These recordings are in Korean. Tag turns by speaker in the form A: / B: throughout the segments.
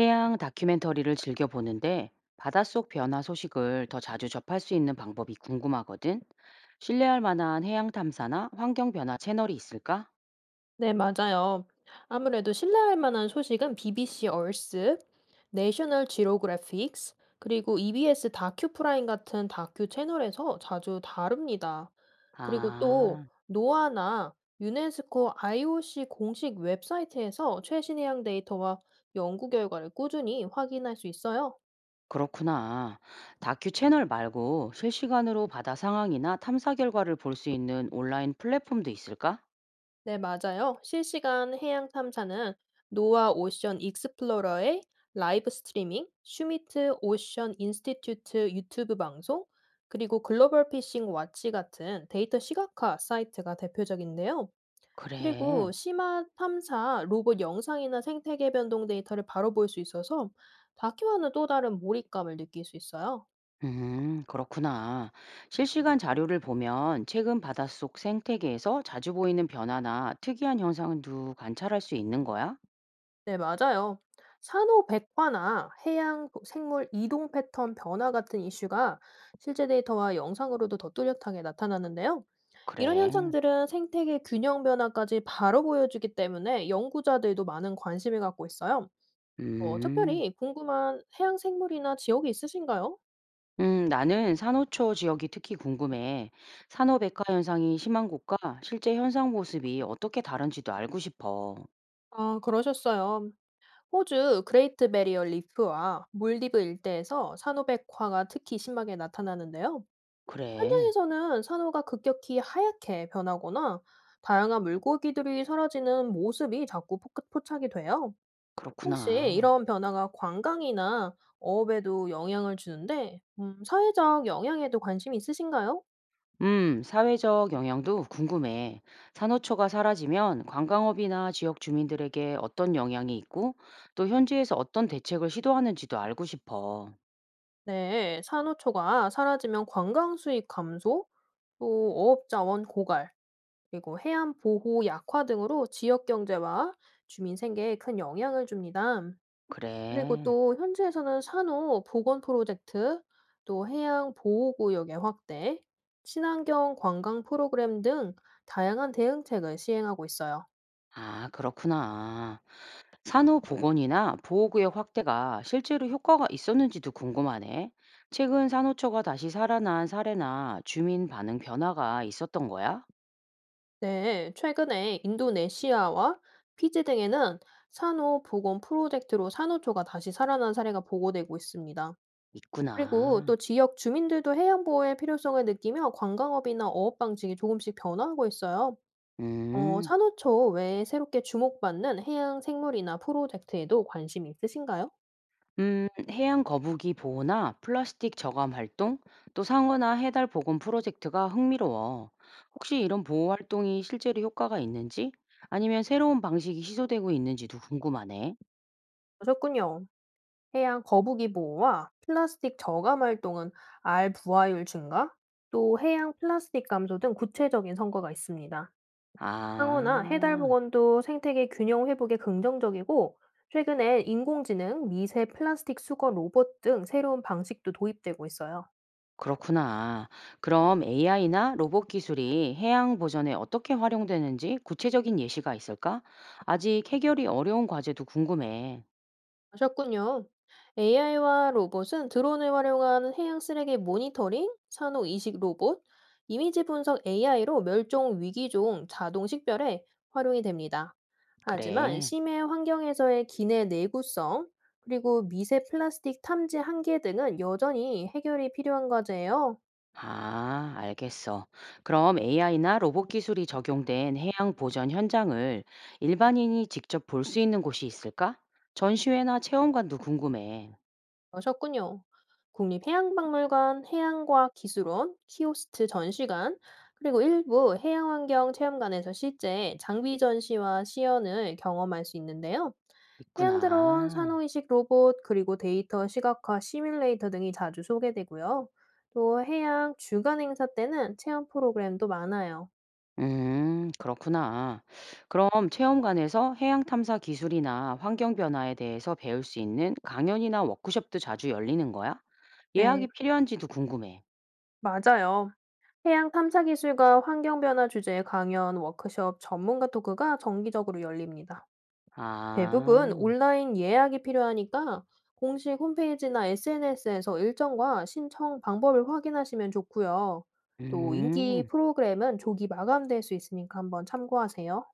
A: 해양 다큐멘터리를 즐겨 보는데 바닷속 변화 소식을 더 자주 접할 수 있는 방법이 궁금하거든. 신뢰할 만한 해양 탐사나 환경 변화 채널이 있을까?
B: 네, 맞아요. 아무래도 신뢰할 만한 소식은 BBC 얼스, 내셔널 지오그래픽스, 그리고 EBS 다큐프라임 같은 다큐 채널에서 자주 다룹니다. 그리고 또
A: 아,
B: 노아나 유네스코 IOC 공식 웹사이트에서 최신 해양 데이터와 연구 결과를 꾸준히 확인할 수 있어요.
A: 그렇구나. 다큐 채널 말고 실시간으로 바다 상황이나 탐사 결과를 볼 수 있는 온라인 플랫폼도 있을까?
B: 네, 맞아요. 실시간 해양 탐사는 노아 오션 익스플로러의 라이브 스트리밍, 슈미트 오션 인스티튜트 유튜브 방송, 그리고 글로벌 피싱 왓치 같은 데이터 시각화 사이트가 대표적인데요. 그리고
A: 그래.
B: 심화 탐사 로봇 영상이나 생태계 변동 데이터를 바로 볼 수 있어서 다큐와는 또 다른 몰입감을 느낄 수 있어요.
A: 그렇구나. 실시간 자료를 보면 최근 바닷속 생태계에서 자주 보이는 변화나 특이한 현상도 관찰할 수 있는 거야?
B: 네, 맞아요. 산호 백화나 생물 이동 패턴 변화 같은 이슈가 실제 데이터와 영상으로도 더 뚜렷하게 나타나는데요. 이런
A: 그래.
B: 현상들은 생태계 균형 변화까지 바로 보여주기 때문에 연구자들도 많은 관심을 갖고 있어요.
A: 음.
B: 특별히 궁금한 해양 생물이나 지역이 있으신가요?
A: 나는 산호초 지역이 특히 궁금해. 산호백화 현상이 심한 곳과 실제 현상 모습이 어떻게 다른지도 알고 싶어.
B: 아, 그러셨어요. 호주 그레이트 베리어 리프와 몰디브 일대에서 산호백화가 특히 심하게 나타나는데요.
A: 그래.
B: 현장에서는 산호가 급격히 하얗게 변하거나 다양한 물고기들이 사라지는 모습이 자꾸 포착이 돼요. 혹시
A: 그렇구나.
B: 이런 변화가 관광이나 어업에도 영향을 주는데, 사회적 영향에도 관심이 있으신가요?
A: 사회적 영향도 궁금해. 산호초가 사라지면 관광업이나 지역 주민들에게 어떤 영향이 있고, 또 현지에서 어떤 대책을 시도하는지도 알고 싶어.
B: 네, 산호초가 사라지면 관광 수입 감소, 또 어업 자원 고갈, 그리고 해안 보호 약화 등으로 지역 경제와 주민 생계에 큰 영향을 줍니다. 그리고
A: 그래.
B: 또 현지에서는 산호 복원 프로젝트, 또 해양 보호 구역의 확대, 친환경 관광 프로그램 등 다양한 대응책을 시행하고 있어요.
A: 아, 그렇구나. 산후 복원이나 보호구역 확대가 실제로 효과가 있었는지도 궁금하네. 최근 산호초가 다시 살아난 사례나 주민 반응 변화가 있었던 거야?
B: 네, 최근에 인도네시아와 피지 등에는 산호 복원 프로젝트로 산호초가 다시 살아난 사례가 보고되고 있습니다. 그리고
A: 있구나.
B: 또 지역 주민들도 해양 보호의 필요성을 느끼며 관광업이나 어업 방식이 조금씩 변화하고 있어요.
A: 음,
B: 산호초 외에 새롭게 주목받는 해양 생물이나 프로젝트에도 관심이 있으신가요?
A: 해양 거북이 보호나 플라스틱 저감 활동, 또 상어나 해달 복원 프로젝트가 흥미로워. 혹시 이런 보호 활동이 실제로 효과가 있는지, 아니면 새로운 방식이 시도되고 있는지도 궁금하네.
B: 그러셨군요. 해양 거북이 보호와 플라스틱 저감 활동은 알 부화율 증가, 또 해양 플라스틱 감소 등 구체적인 성과가 있습니다. 상어나 해달
A: 아.
B: 복원도 생태계 균형 회복에 긍정적이고, 최근엔 인공지능, 미세 플라스틱 수거 로봇 등 새로운 방식도 도입되고 있어요.
A: 그렇구나. 그럼 AI나 로봇 기술이 해양 보전에 어떻게 활용되는지 구체적인 예시가 있을까? 아직 해결이 어려운 과제도 궁금해.
B: 하셨군요. AI와 로봇은 드론을 활용한 해양 쓰레기 모니터링, 산호 이식 로봇, 이미지 분석 AI로 멸종 위기종 자동 식별에 활용이 됩니다. 하지만
A: 그래.
B: 심해 환경에서의 기내 내구성, 그리고 미세 플라스틱 탐지 한계 등은 여전히 해결이 필요한 과제예요.
A: 아, 알겠어. 그럼 AI나 로봇 기술이 적용된 해양 보전 현장을 일반인이 직접 볼 수 있는 곳이 있을까? 전시회나 체험관도 궁금해.
B: 그러셨군요. 국립해양박물관, 해양과학 기술원, 키오스트 전시관, 그리고 일부 해양환경 체험관에서 실제 장비 전시와 시연을 경험할 수 있는데요. 해양드론,
A: 있구나.
B: 산호이식 로봇, 그리고 데이터 시각화 시뮬레이터 등이 자주 소개되고요. 또 해양 주간 행사 때는 체험 프로그램도 많아요.
A: 그렇구나. 그럼 체험관에서 해양 탐사 기술이나 환경 변화에 대해서 배울 수 있는 강연이나 워크숍도 자주 열리는 거야?
B: 네,
A: 예약이 필요한지도 궁금해.
B: 맞아요. 해양 탐사 기술과 환경 변화 주제의 강연, 워크숍, 전문가 토크가 정기적으로 열립니다.
A: 아,
B: 대부분 온라인 예약이 필요하니까 공식 홈페이지나 SNS에서 일정과 신청 방법을 확인하시면 좋고요. 또 인기
A: 음,
B: 프로그램은 조기 마감될 수 있으니까 한번 참고하세요.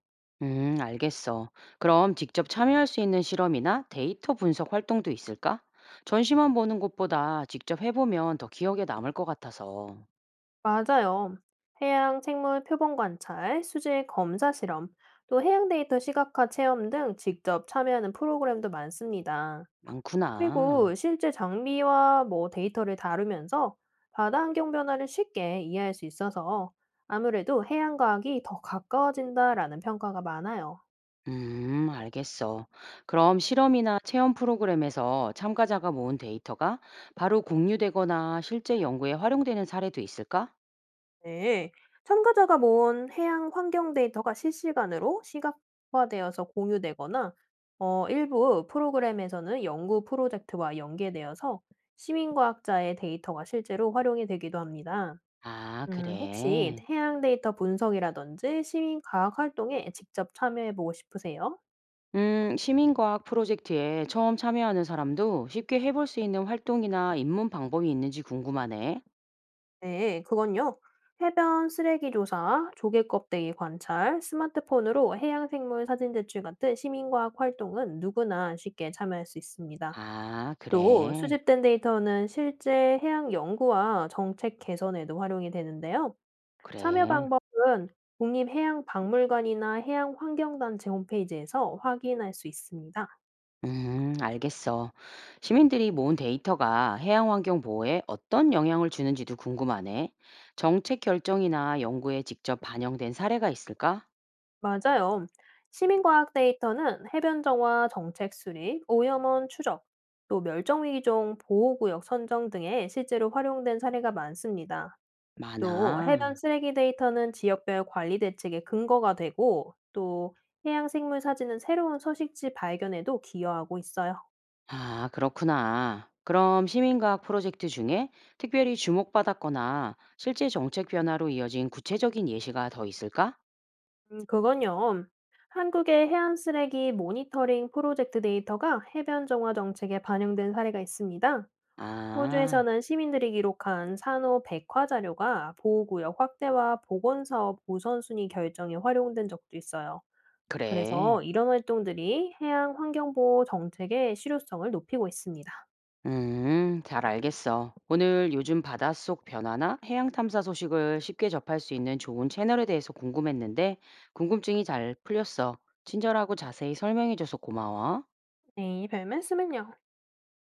A: 알겠어. 그럼 직접 참여할 수 있는 실험이나 데이터 분석 활동도 있을까? 전시만 보는 것보다 직접 해보면 더 기억에 남을 것 같아서.
B: 맞아요. 해양 생물 표본 관찰, 수질 검사 실험, 또 해양 데이터 시각화 체험 등 직접 참여하는 프로그램도 많습니다.
A: 많구나.
B: 그리고 실제 장비와 뭐 데이터를 다루면서 바다 환경 변화를 쉽게 이해할 수 있어서 아무래도 해양 과학이 더 가까워진다라는 평가가 많아요.
A: 알겠어. 그럼 실험이나 체험 프로그램에서 참가자가 모은 데이터가 바로 공유되거나 실제 연구에 활용되는 사례도 있을까?
B: 네. 참가자가 모은 해양 환경 데이터가 실시간으로 시각화되어서 공유되거나 일부 프로그램에서는 연구 프로젝트와 연계되어서 시민과학자의 데이터가 실제로 활용이 되기도 합니다.
A: 아,
B: 혹시
A: 그래.
B: 해양 데이터 분석이라든지 시민 과학 활동에 직접 참여해 보고 싶으세요?
A: 시민과학 프로젝트에 처음 참여하는 사람도 쉽게 해볼 수 있는 활동이나 입문 방법이 있는지 궁금하네.
B: 네, 그건요. 해변 쓰레기 조사, 조개 껍데기 관찰, 스마트폰으로 해양 생물 사진 제출 같은 시민 과학 활동은 누구나 쉽게 참여할 수 있습니다.
A: 아,
B: 또
A: 그래.
B: 수집된 데이터는 실제 해양 연구와 정책 개선에도 활용이 되는데요. 참여
A: 그래.
B: 방법은 국립해양박물관이나 해양환경단체 홈페이지에서 확인할 수 있습니다.
A: 알겠어. 시민들이 모은 데이터가 해양 환경 보호에 어떤 영향을 주는지도 궁금하네. 정책 결정이나 연구에 직접 반영된 사례가 있을까?
B: 맞아요. 시민과학 데이터는 해변 정화, 정책 수립, 오염원 추적, 또 멸종위기종 보호구역 선정 등에 실제로 활용된 사례가 많습니다. 또
A: 많아.
B: 해변 쓰레기 데이터는 지역별 관리 대책의 근거가 되고, 또 해양 생물 사진은 새로운 서식지 발견에도 기여하고 있어요.
A: 아, 그렇구나. 그럼 시민과학 프로젝트 중에 특별히 주목받았거나 실제 정책 변화로 이어진 구체적인 예시가 더 있을까?
B: 그건요. 한국의 해안 쓰레기 모니터링 프로젝트 데이터가 해변 정화 정책에 반영된 사례가 있습니다.
A: 아,
B: 호주에서는 시민들이 기록한 산호 백화 자료가 보호구역 확대와 보건사업 우선순위 결정에 활용된 적도 있어요.
A: 그래.
B: 그래서 이런 활동들이 해양 환경보호 정책의 실효성을 높이고 있습니다.
A: 잘 알겠어. 오늘 요즘 바닷속 변화나 해양 탐사 소식을 쉽게 접할 수 있는 좋은 채널에 대해서 궁금했는데, 궁금증이 잘 풀렸어. 친절하고 자세히 설명해줘서 고마워.
B: 네, 별 말씀은요.